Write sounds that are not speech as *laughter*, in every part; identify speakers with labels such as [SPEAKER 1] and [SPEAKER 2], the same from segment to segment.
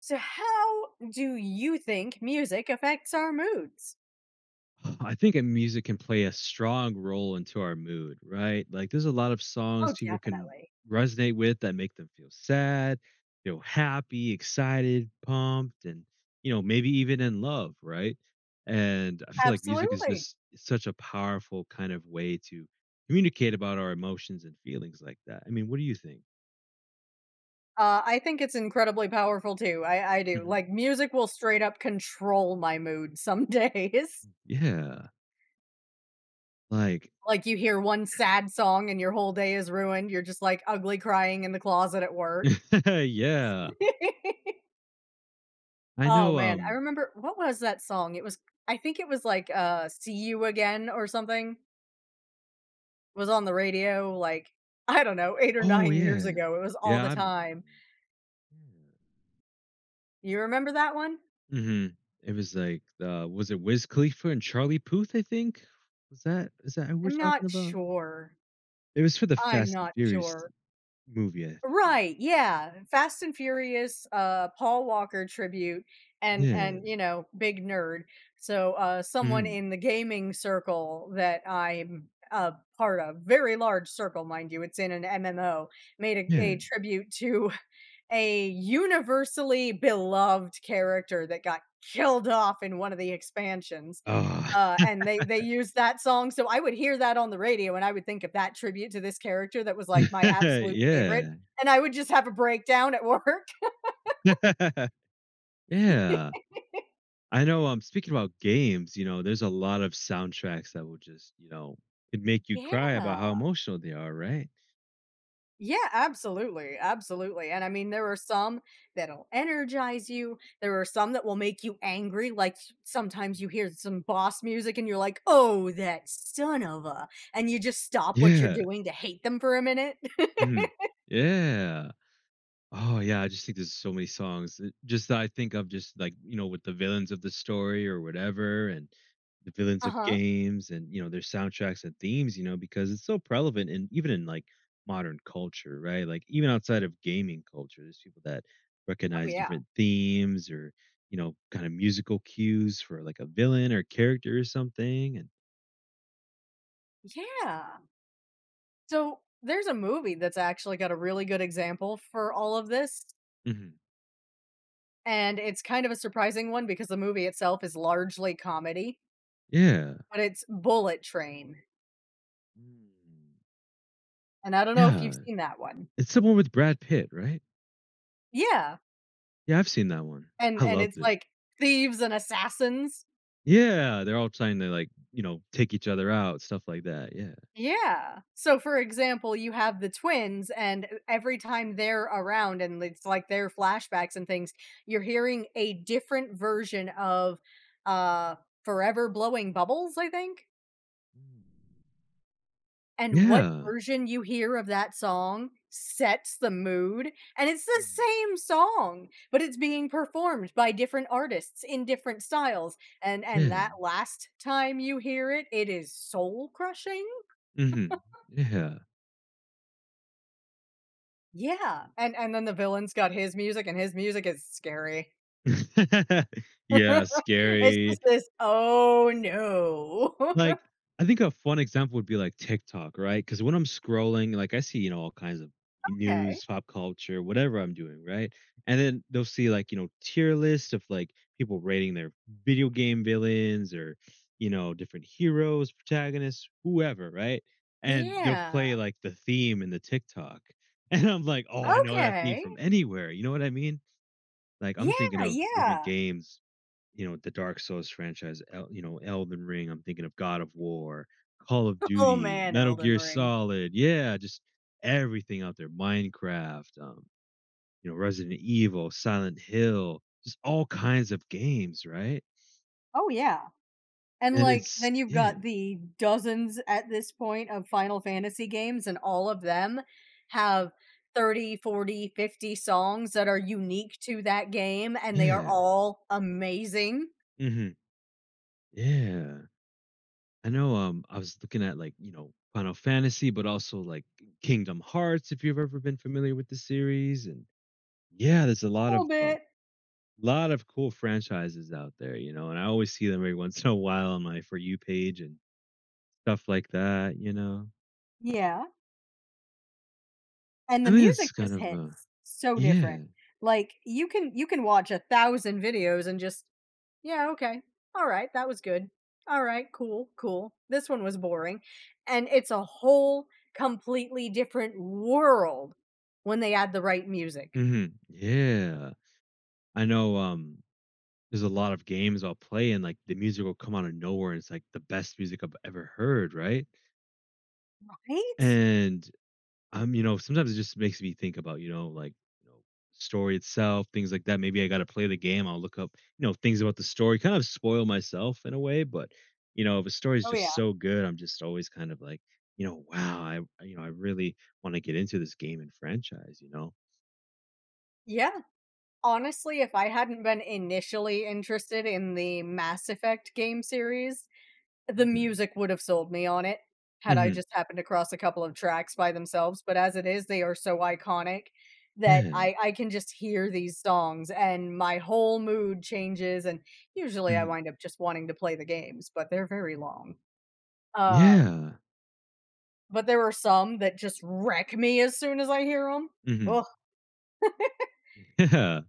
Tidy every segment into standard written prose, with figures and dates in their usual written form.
[SPEAKER 1] So, how do you think music affects our moods?
[SPEAKER 2] I think a music can play a strong role into our mood, right? Like there's a lot of songs
[SPEAKER 1] Oh,
[SPEAKER 2] people can
[SPEAKER 1] definitely.
[SPEAKER 2] resonate with that make them feel sad, feel happy, excited, pumped, and maybe even in love, right? And I feel like music is
[SPEAKER 1] Absolutely.
[SPEAKER 2] just such a powerful kind of way to communicate about our emotions and feelings like that. I mean, what do you think?
[SPEAKER 1] I think it's incredibly powerful too. I do.
[SPEAKER 2] Mhm.
[SPEAKER 1] Like, music will straight up control my mood some *laughs* days.
[SPEAKER 2] Yeah. Like
[SPEAKER 1] Like, you hear one sad song and your whole day is ruined. You're just like ugly crying in the closet at work.
[SPEAKER 2] *laughs* yeah.
[SPEAKER 1] *laughs*
[SPEAKER 2] I
[SPEAKER 1] Oh,
[SPEAKER 2] know
[SPEAKER 1] man. I
[SPEAKER 2] um
[SPEAKER 1] remember what was that song? I think it was like See You Again or something. Was on the radio, like, *laughs* I don't know, 8 or
[SPEAKER 2] Oh
[SPEAKER 1] 9 years
[SPEAKER 2] yeah.
[SPEAKER 1] ago, it was all
[SPEAKER 2] Yeah,
[SPEAKER 1] the
[SPEAKER 2] I remember that
[SPEAKER 1] time.
[SPEAKER 2] one. Yeah.
[SPEAKER 1] You remember that one?
[SPEAKER 2] Mhm. It was like, was it Wiz Khalifa and Charlie Puth, I think? Was that is that who we're
[SPEAKER 1] I'm not
[SPEAKER 2] talking about?
[SPEAKER 1] sure.
[SPEAKER 2] It was for the
[SPEAKER 1] I'm
[SPEAKER 2] Fast and
[SPEAKER 1] not
[SPEAKER 2] Furious
[SPEAKER 1] sure.
[SPEAKER 2] movie, I
[SPEAKER 1] Right, yeah, Fast and Furious, Paul Walker tribute and
[SPEAKER 2] Yeah.
[SPEAKER 1] and, you know, big nerd. So, someone
[SPEAKER 2] Mhm.
[SPEAKER 1] in the gaming circle that I'm a part of, very large circle, mind you, it's in an MMO, made a
[SPEAKER 2] Yeah.
[SPEAKER 1] a tribute to a universally beloved character that got killed off in one of the expansions,
[SPEAKER 2] Ah.
[SPEAKER 1] and they used that song, so I would hear that on the radio, and I would think of that tribute to this character that was, like, my
[SPEAKER 2] *laughs*
[SPEAKER 1] absolute favorite,
[SPEAKER 2] Yeah.
[SPEAKER 1] and I would just have a breakdown at work.
[SPEAKER 2] *laughs* Yeah.
[SPEAKER 1] *laughs*
[SPEAKER 2] I know, speaking about games, there's a lot of soundtracks that will just, it make you cry about
[SPEAKER 1] Yeah.
[SPEAKER 2] how emotional they are, right?
[SPEAKER 1] Yeah, absolutely. Absolutely. And I mean, there are some that'll energize you. There are some that will make you angry. Like sometimes you hear some boss music and you're like, oh, that son of a. And you just stop what you're
[SPEAKER 2] Yeah.
[SPEAKER 1] doing to hate them for a minute. *laughs*
[SPEAKER 2] Mhm. Yeah. Oh yeah, I just think there's so many songs. Just that I think of just like, with the villains of the story or whatever and the villains
[SPEAKER 1] Uh
[SPEAKER 2] of
[SPEAKER 1] huh.
[SPEAKER 2] games and you know their soundtracks and themes, you know, because it's so prevalent and even in like modern culture, right? Like even outside of gaming culture, there's people that
[SPEAKER 1] Oh,
[SPEAKER 2] recognize
[SPEAKER 1] yeah.
[SPEAKER 2] different themes, or, kind of musical cues for like a villain or character or something. And
[SPEAKER 1] Yeah. So there's a movie that's actually got a really good example for all of this.
[SPEAKER 2] mhm.
[SPEAKER 1] And it's kind of a surprising one because the movie itself is largely comedy,
[SPEAKER 2] Yeah.
[SPEAKER 1] but it's Bullet Train.
[SPEAKER 2] Mm.
[SPEAKER 1] And I don't know if you've
[SPEAKER 2] Yeah.
[SPEAKER 1] seen that one.
[SPEAKER 2] It's someone with Brad Pitt, right?
[SPEAKER 1] Yeah,
[SPEAKER 2] Yeah, I've seen that one. I
[SPEAKER 1] and it's
[SPEAKER 2] loved it.
[SPEAKER 1] like thieves and assassins.
[SPEAKER 2] Yeah, they're all trying to, like, take each other out, stuff like that, yeah.
[SPEAKER 1] Yeah. So, for example, you have the twins, and e every time they're around and it's like their flashbacks and things, you're hearing a different version of, uh, "Forever Blowing Bubbles," I think?
[SPEAKER 2] Mm.
[SPEAKER 1] And what
[SPEAKER 2] Yeah.
[SPEAKER 1] version you hear of that song sets the mood. And it's the
[SPEAKER 2] Mhm.
[SPEAKER 1] same song, but it's being performed by different artists in different styles. And
[SPEAKER 2] Yeah.
[SPEAKER 1] that last time you hear it, it is soul crushing.
[SPEAKER 2] Mhm. Yeah.
[SPEAKER 1] Yeah. And then the villain's got his music and his music is scary.
[SPEAKER 2] *laughs* Yeah,
[SPEAKER 1] *laughs* It's
[SPEAKER 2] scary.
[SPEAKER 1] just this, oh no. *laughs*
[SPEAKER 2] Like, I think a fun example would be like TikTok, right? Because when I'm scrolling, like I see, all kinds of
[SPEAKER 1] Okay.
[SPEAKER 2] news, pop culture, whatever I'm doing, right? And then they'll see like, tier lists of like people rating their video game villains, or, different heroes, protagonists, whoever, right? And they'll
[SPEAKER 1] Yeah.
[SPEAKER 2] play like the theme in the TikTok. *laughs* And I'm like, oh, I know that theme
[SPEAKER 1] Okay.
[SPEAKER 2] from anywhere. You know what I mean? Like I'm thinking
[SPEAKER 1] Yeah,
[SPEAKER 2] of different
[SPEAKER 1] yeah.
[SPEAKER 2] games, you know, the Dark Souls franchise, you know, Elden Ring, I'm thinking of God of War, Call of
[SPEAKER 1] *laughs* Oh
[SPEAKER 2] Duty,
[SPEAKER 1] man,
[SPEAKER 2] Metal
[SPEAKER 1] Elden
[SPEAKER 2] Gear
[SPEAKER 1] Ring.
[SPEAKER 2] Solid, yeah, just everything out there, Minecraft, you know, Resident Evil, Silent Hill, just all kinds of games, right?
[SPEAKER 1] Oh yeah. And,
[SPEAKER 2] And
[SPEAKER 1] like,
[SPEAKER 2] it's
[SPEAKER 1] then you've
[SPEAKER 2] yeah,
[SPEAKER 1] got the dozens at this point of Final Fantasy games, and all of them have 30, 40, 50 songs that are unique to that game, and they are
[SPEAKER 2] yeah.
[SPEAKER 1] all amazing.
[SPEAKER 2] Hmm, yeah. I was looking at like, Final Fantasy, but also like Kingdom Hearts if you've ever been familiar with the series, and yeah, there's a
[SPEAKER 1] A
[SPEAKER 2] lot
[SPEAKER 1] little
[SPEAKER 2] of
[SPEAKER 1] bit.
[SPEAKER 2] lot of cool franchises out there, you know, and I always see them every once in a while on my For You page and stuff like that, you know?
[SPEAKER 1] Yeah. And
[SPEAKER 2] I
[SPEAKER 1] the
[SPEAKER 2] mean,
[SPEAKER 1] music
[SPEAKER 2] it's kind
[SPEAKER 1] just
[SPEAKER 2] of a
[SPEAKER 1] hits so different.
[SPEAKER 2] yeah.
[SPEAKER 1] Like, you can watch a thousand videos and just, "Yeah, okay. All right, that was good. All right, cool, cool. This one was boring." And it's a whole completely different world when they add the right music.
[SPEAKER 2] Mhm. Yeah. I know, there's a lot of games I'll play and, like, the music will come out of nowhere, and it's, like, the best music I've ever heard, right?
[SPEAKER 1] Right?
[SPEAKER 2] And you know, sometimes it just makes me think about, you know, like, you know, story itself, things like that. Maybe I got to play the game. I'll look up, things about the story, kind of spoil myself in a way. But, you know, if a story is
[SPEAKER 1] Oh,
[SPEAKER 2] just
[SPEAKER 1] yeah.
[SPEAKER 2] so good, I'm just always kind of like, wow, you know, I really want to get into this game and franchise, you know?
[SPEAKER 1] Yeah. Honestly, if I hadn't been initially interested in the Mass Effect game series, the
[SPEAKER 2] Hmm.
[SPEAKER 1] music would have sold me on it,
[SPEAKER 2] Yeah.
[SPEAKER 1] had I
[SPEAKER 2] Hmm.
[SPEAKER 1] just happened across a couple of tracks by themselves, but as it is, they are so iconic that
[SPEAKER 2] Yeah.
[SPEAKER 1] I can just hear these songs and my whole mood changes, and usually I
[SPEAKER 2] Hmm.
[SPEAKER 1] wind up just wanting to play the games, but they're very long. Um,
[SPEAKER 2] Yeah.
[SPEAKER 1] but there are some that just wreck me as soon as I hear them.
[SPEAKER 2] Hmm.
[SPEAKER 1] Oh,
[SPEAKER 2] *laughs* Yeah.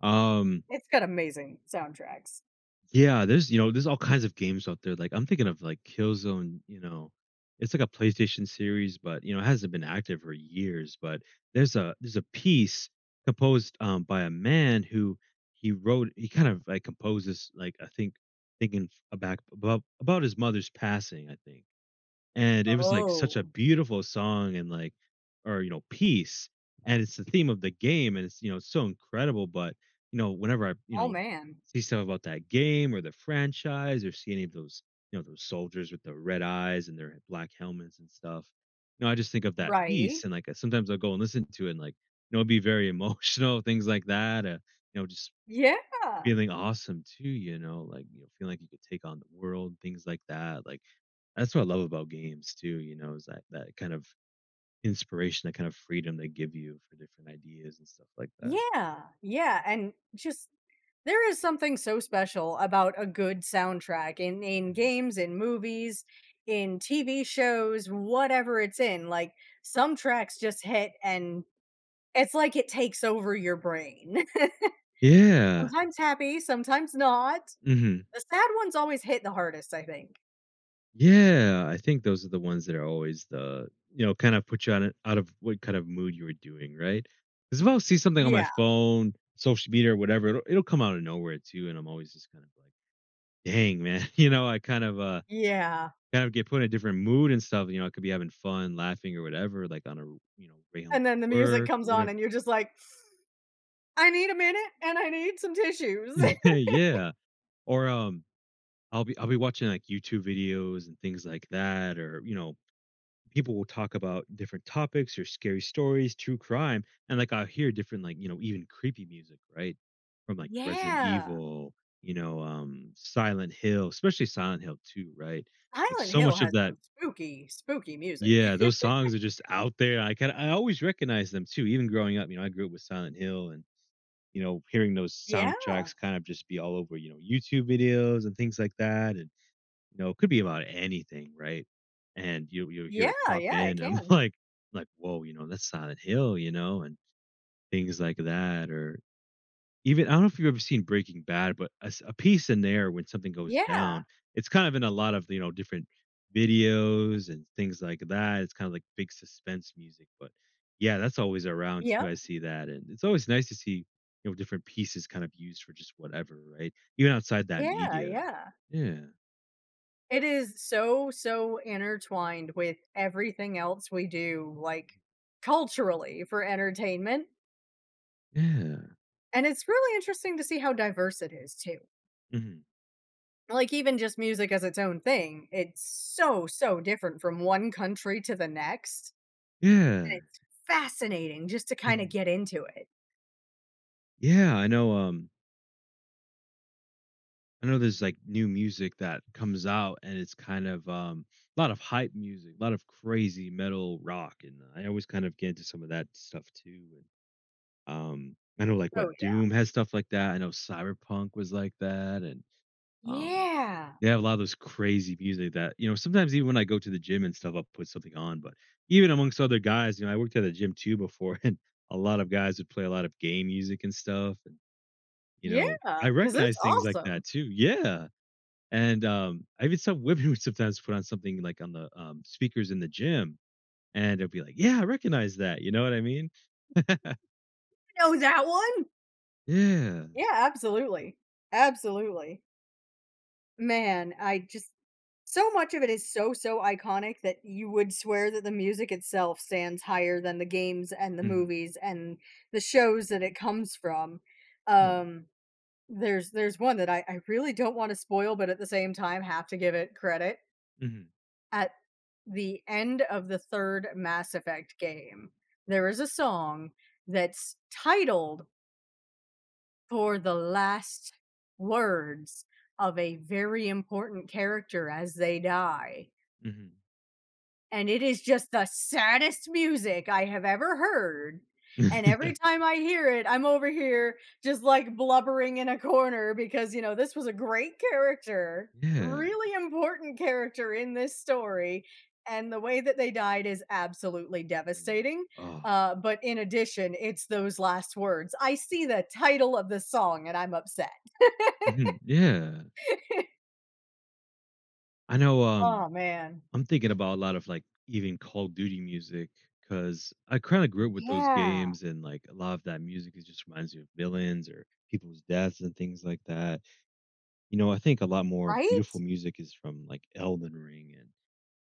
[SPEAKER 2] Um,
[SPEAKER 1] it's got amazing soundtracks.
[SPEAKER 2] yeah, there's there's all kinds of games out there, like, I'm thinking of, like, Killzone, you know, it's like a PlayStation series, but, you know, it hasn't been active for years, but there's a piece composed, by a man who he kind of, like, composes, like, I think thinking f about his mother's passing, I think, and it was, like, such a
[SPEAKER 1] Oh,
[SPEAKER 2] beautiful song and, like or, piece, and it's the theme of the game, and it's, you know, it's so incredible, but, you know, whenever I,
[SPEAKER 1] oh man.
[SPEAKER 2] see stuff about that game or the franchise or see any of those, you know, those soldiers with the red eyes and their black helmets and stuff, you know, I just think of that
[SPEAKER 1] Right?
[SPEAKER 2] piece, and, like, sometimes I'll go and listen to it and, like, it'd be very emotional, *laughs* things like that, you know, just
[SPEAKER 1] Yeah.
[SPEAKER 2] feeling awesome too, you know, like, feeling like you could take on the world, things like that. Like that's what I love about games too, you know, is that that kind of inspiration, that kind of freedom they give you for different ideas and stuff like that.
[SPEAKER 1] Yeah, yeah, and just. There is something so special about a good soundtrack in
[SPEAKER 2] Mhm.
[SPEAKER 1] games, in movies, in TV shows, whatever it's in, like, some tracks just hit and it's like it takes over your brain. *laughs*
[SPEAKER 2] Yeah.
[SPEAKER 1] Sometimes happy, sometimes not.
[SPEAKER 2] Hmm.
[SPEAKER 1] The sad ones always hit the hardest, I think.
[SPEAKER 2] Yeah. I think those are the ones that are always the, kind of put you on it out of what kind of mood you were doing, right? Because if I'll see something on my
[SPEAKER 1] Yeah,
[SPEAKER 2] phone, social media or whatever, it'll come out of nowhere too. And I'm always just kind of like, dang, man, *laughs* you know, I
[SPEAKER 1] yeah,
[SPEAKER 2] kind of get put in a different mood and stuff, you know, I could be having fun, laughing or whatever, like on a, way home
[SPEAKER 1] and then the
[SPEAKER 2] from
[SPEAKER 1] music
[SPEAKER 2] work or
[SPEAKER 1] comes on
[SPEAKER 2] whatever.
[SPEAKER 1] and you're just like, "I need a minute and I need some tissues." *laughs*
[SPEAKER 2] *laughs* Yeah. Or I'll be watching like YouTube videos and things like that or, people will talk about different topics or scary stories, true crime, and like I'll hear different like, even creepy music, right? From like Resident
[SPEAKER 1] Yeah.
[SPEAKER 2] Evil, Silent Hill, especially Silent Hill 2, right? Like
[SPEAKER 1] Silent
[SPEAKER 2] so
[SPEAKER 1] Hill
[SPEAKER 2] much of
[SPEAKER 1] has
[SPEAKER 2] that.
[SPEAKER 1] some spooky, spooky music.
[SPEAKER 2] Yeah, those
[SPEAKER 1] *laughs*
[SPEAKER 2] songs are just out there. I always recognize them too, even growing up, you know, I grew up with Silent Hill and, hearing those
[SPEAKER 1] Yeah,
[SPEAKER 2] soundtracks kind of just be all over, YouTube videos and things like that, and, you know, it could be about anything, right? And you hear it
[SPEAKER 1] yeah,
[SPEAKER 2] pop
[SPEAKER 1] yeah, it
[SPEAKER 2] in, I'm *laughs*
[SPEAKER 1] can.
[SPEAKER 2] like, "Whoa," you know, "That's Silent Hill," you know, and things like that or even I don't know if you've ever seen Breaking Bad, but a piece in there when something goes
[SPEAKER 1] Yeah.
[SPEAKER 2] down, it's kind of in a lot of, different videos and things like that. It's kind of like big suspense music, but yeah, that's always around
[SPEAKER 1] Yep.
[SPEAKER 2] too. I see that, and it's always nice to see, different pieces kind of used for just whatever, right? Even outside that
[SPEAKER 1] Yeah,
[SPEAKER 2] media.
[SPEAKER 1] yeah.
[SPEAKER 2] Yeah,
[SPEAKER 1] It is so, so intertwined with everything else we do, like, culturally for entertainment,
[SPEAKER 2] yeah.
[SPEAKER 1] and it's really interesting to see how diverse it is too.
[SPEAKER 2] Mhm.
[SPEAKER 1] Like, even just music as its own thing, it's so, so different from one country to the next,
[SPEAKER 2] Yeah.
[SPEAKER 1] and it's fascinating just to kinda
[SPEAKER 2] Mhm.
[SPEAKER 1] get into it.
[SPEAKER 2] Yeah, I know there's like new music that comes out and it's kind of a lot of hype music, a lot of crazy metal rock, and I always kind of get into some of that stuff too, and I know like
[SPEAKER 1] Oh,
[SPEAKER 2] what
[SPEAKER 1] yeah.
[SPEAKER 2] Doom has stuff like that. I know Cyberpunk was like that, and um
[SPEAKER 1] Yeah.
[SPEAKER 2] they have a lot of those crazy music that you know sometimes even when I go to the gym and stuff I'll put something on, but even amongst other guys, you know, I worked at a gym too before *laughs* and a lot of guys would play a lot of game music and stuff, and you know,
[SPEAKER 1] Yeah.
[SPEAKER 2] I
[SPEAKER 1] Because it's
[SPEAKER 2] recognize things like
[SPEAKER 1] awesome.
[SPEAKER 2] that too. Yeah. And, I even saw women *laughs* would sometimes put on something like on the, speakers in the gym, and it would be like, "Yeah, I recognize that." You know what I mean?
[SPEAKER 1] Know that one?
[SPEAKER 2] Yeah.
[SPEAKER 1] Yeah, absolutely. Absolutely. Man, I just so much of it is so, so iconic that you would swear that the music itself stands higher than the games and the
[SPEAKER 2] Mhm.
[SPEAKER 1] movies and the shows that it comes from.
[SPEAKER 2] Yeah.
[SPEAKER 1] Um, there's one that I really don't want to spoil, but at the same time have to give it credit.
[SPEAKER 2] Mhm.
[SPEAKER 1] At the end of the third Mass Effect game, there is a song that's titled for the last words of a very important character as they die.
[SPEAKER 2] Mhm.
[SPEAKER 1] And it is just the saddest music I have ever heard. And every
[SPEAKER 2] *laughs*
[SPEAKER 1] time I hear it, I'm over here just like blubbering in a corner because, you know, this was a great character,
[SPEAKER 2] Yeah.
[SPEAKER 1] really important character in this story. And the way that they died is absolutely
[SPEAKER 2] Yeah.
[SPEAKER 1] devastating.
[SPEAKER 2] Oh.
[SPEAKER 1] But in addition, it's those last words. I see the title of the song and I'm upset.
[SPEAKER 2] Mhm. Yeah. I know,
[SPEAKER 1] Oh, man.
[SPEAKER 2] I'm thinking about a lot of, like, even Call of Duty music because I kinda grew up with those
[SPEAKER 1] Yeah,
[SPEAKER 2] games and, like, a lot of that music, it just reminds me of villains or people's deaths and things like that. You know, I think a lot more
[SPEAKER 1] right?
[SPEAKER 2] beautiful music is from like Elden Ring and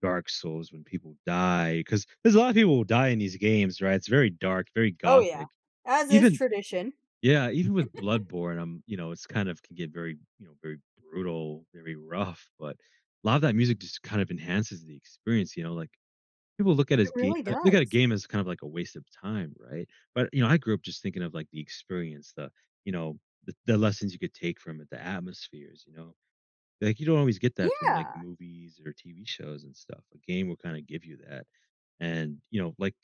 [SPEAKER 2] Dark Souls when people die, because there's a lot of people who die in these games, right? It's very dark, very
[SPEAKER 1] Oh, yeah.
[SPEAKER 2] gothic.
[SPEAKER 1] As is
[SPEAKER 2] Even
[SPEAKER 1] tradition.
[SPEAKER 2] yeah, even with Bloodborne, I'm you know, it's kind of can get very you know very brutal, very rough. But a lot of that music just kind of enhances the experience. You know, like people look at as
[SPEAKER 1] It
[SPEAKER 2] game
[SPEAKER 1] really
[SPEAKER 2] look at a
[SPEAKER 1] does.
[SPEAKER 2] game as kind of like a waste of time, right? But you know, I grew up just thinking of like the experience, the you know the lessons you could take from it, the atmospheres, you know. Like, you don't always get that from, like,
[SPEAKER 1] Yeah,
[SPEAKER 2] movies or TV shows and stuff. A game will kinda give you that. And, you know, like,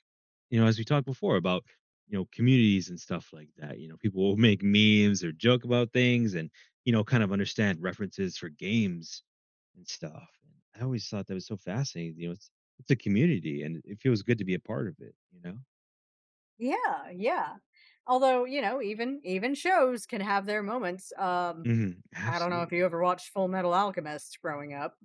[SPEAKER 2] as we talked before about, communities and stuff like that, you know, people will make memes or joke about things, and, kind of understand references for games and stuff. And I always thought that was so fascinating, you know, it's a community, and it feels good to be a part of it, you know?
[SPEAKER 1] yeah, yeah. Although, you know, even even shows can have their moments.
[SPEAKER 2] Mhm.
[SPEAKER 1] I don't know if
[SPEAKER 2] Absolutely.
[SPEAKER 1] you ever watched Full Metal Alchemist growing up.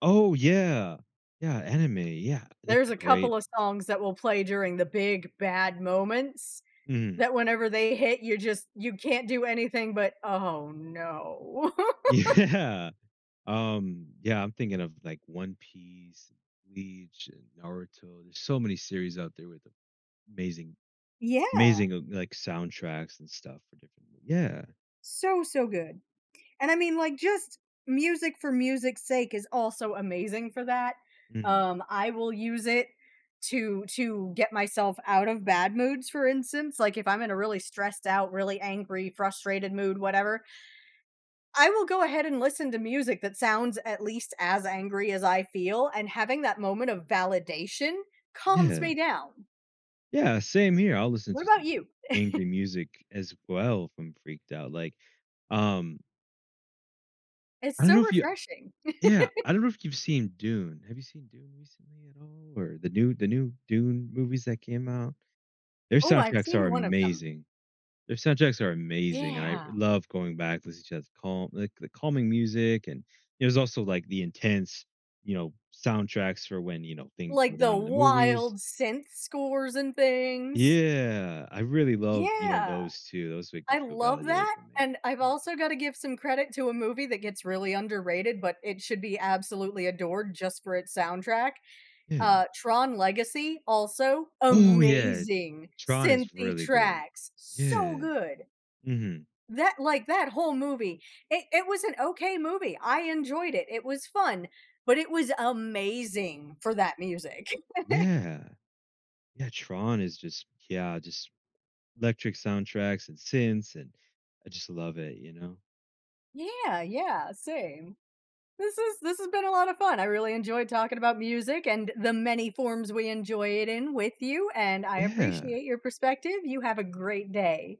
[SPEAKER 2] Oh, yeah. Yeah, anime, yeah. That's
[SPEAKER 1] There's
[SPEAKER 2] a
[SPEAKER 1] a couple
[SPEAKER 2] great
[SPEAKER 1] of songs that will play during the big bad moments
[SPEAKER 2] mhm.
[SPEAKER 1] that whenever they hit, you just you can't do anything but, "Oh, no."
[SPEAKER 2] *laughs*
[SPEAKER 1] *laughs*
[SPEAKER 2] Yeah. Yeah, I'm thinking of like One Piece, Bleach, and Naruto. There's so many series out there with amazing,
[SPEAKER 1] Yeah.
[SPEAKER 2] amazing like soundtracks and stuff for different. Yeah,
[SPEAKER 1] So, so good. And I mean, like, just music for music's sake is also amazing for that.
[SPEAKER 2] mm,
[SPEAKER 1] I will use it to get myself out of bad moods, for instance. Like if I'm in a really stressed out, really angry, frustrated mood, whatever, I will go ahead and listen to music that sounds at least as angry as I feel, and having that moment of validation calms
[SPEAKER 2] yeah,
[SPEAKER 1] me down.
[SPEAKER 2] yeah. Same here. I'll listen
[SPEAKER 1] What
[SPEAKER 2] to
[SPEAKER 1] about
[SPEAKER 2] some
[SPEAKER 1] you?
[SPEAKER 2] angry music as well if I'm freaked out. Like, um,
[SPEAKER 1] It's
[SPEAKER 2] I don't
[SPEAKER 1] so
[SPEAKER 2] know if you.
[SPEAKER 1] refreshing.
[SPEAKER 2] Yeah, I don't know if you've seen Dune. Have you seen Dune recently at all, or the new Dune movies that came out? Their
[SPEAKER 1] Oh, I've
[SPEAKER 2] soundtracks are
[SPEAKER 1] seen one of them.
[SPEAKER 2] amazing. Their soundtracks are amazing, and I
[SPEAKER 1] Yeah.
[SPEAKER 2] love going back, listening to that calm like, the calming music, and there's also, like, the intense, soundtracks for when, things go
[SPEAKER 1] Like the
[SPEAKER 2] down in the movies.
[SPEAKER 1] wild synth scores and things.
[SPEAKER 2] Yeah, I really love,
[SPEAKER 1] Yeah,
[SPEAKER 2] those too, those make me
[SPEAKER 1] I
[SPEAKER 2] feel
[SPEAKER 1] love
[SPEAKER 2] validated
[SPEAKER 1] that,
[SPEAKER 2] for me.
[SPEAKER 1] and I've also gotta give some credit to a movie that gets really underrated, but it should be absolutely adored just for its soundtrack,
[SPEAKER 2] Yeah, yeah.
[SPEAKER 1] Tron Legacy, also
[SPEAKER 2] Oh, yeah,
[SPEAKER 1] amazing
[SPEAKER 2] Tron is
[SPEAKER 1] synthy
[SPEAKER 2] really good.
[SPEAKER 1] tracks, so
[SPEAKER 2] Yeah,
[SPEAKER 1] good.
[SPEAKER 2] mhm.
[SPEAKER 1] That like, that whole movie, it was an okay movie, I enjoyed it, it was fun, but it was amazing for that music. *laughs*
[SPEAKER 2] Yeah. Yeah, Tron is just yeah, just electric soundtracks and synths, and I just love it, you know?
[SPEAKER 1] Yeah, yeah, same. This has been a lot of fun. I really enjoyed talking about music and the many forms we enjoy it in with you, and I
[SPEAKER 2] Yeah.
[SPEAKER 1] appreciate your perspective. You have a great day.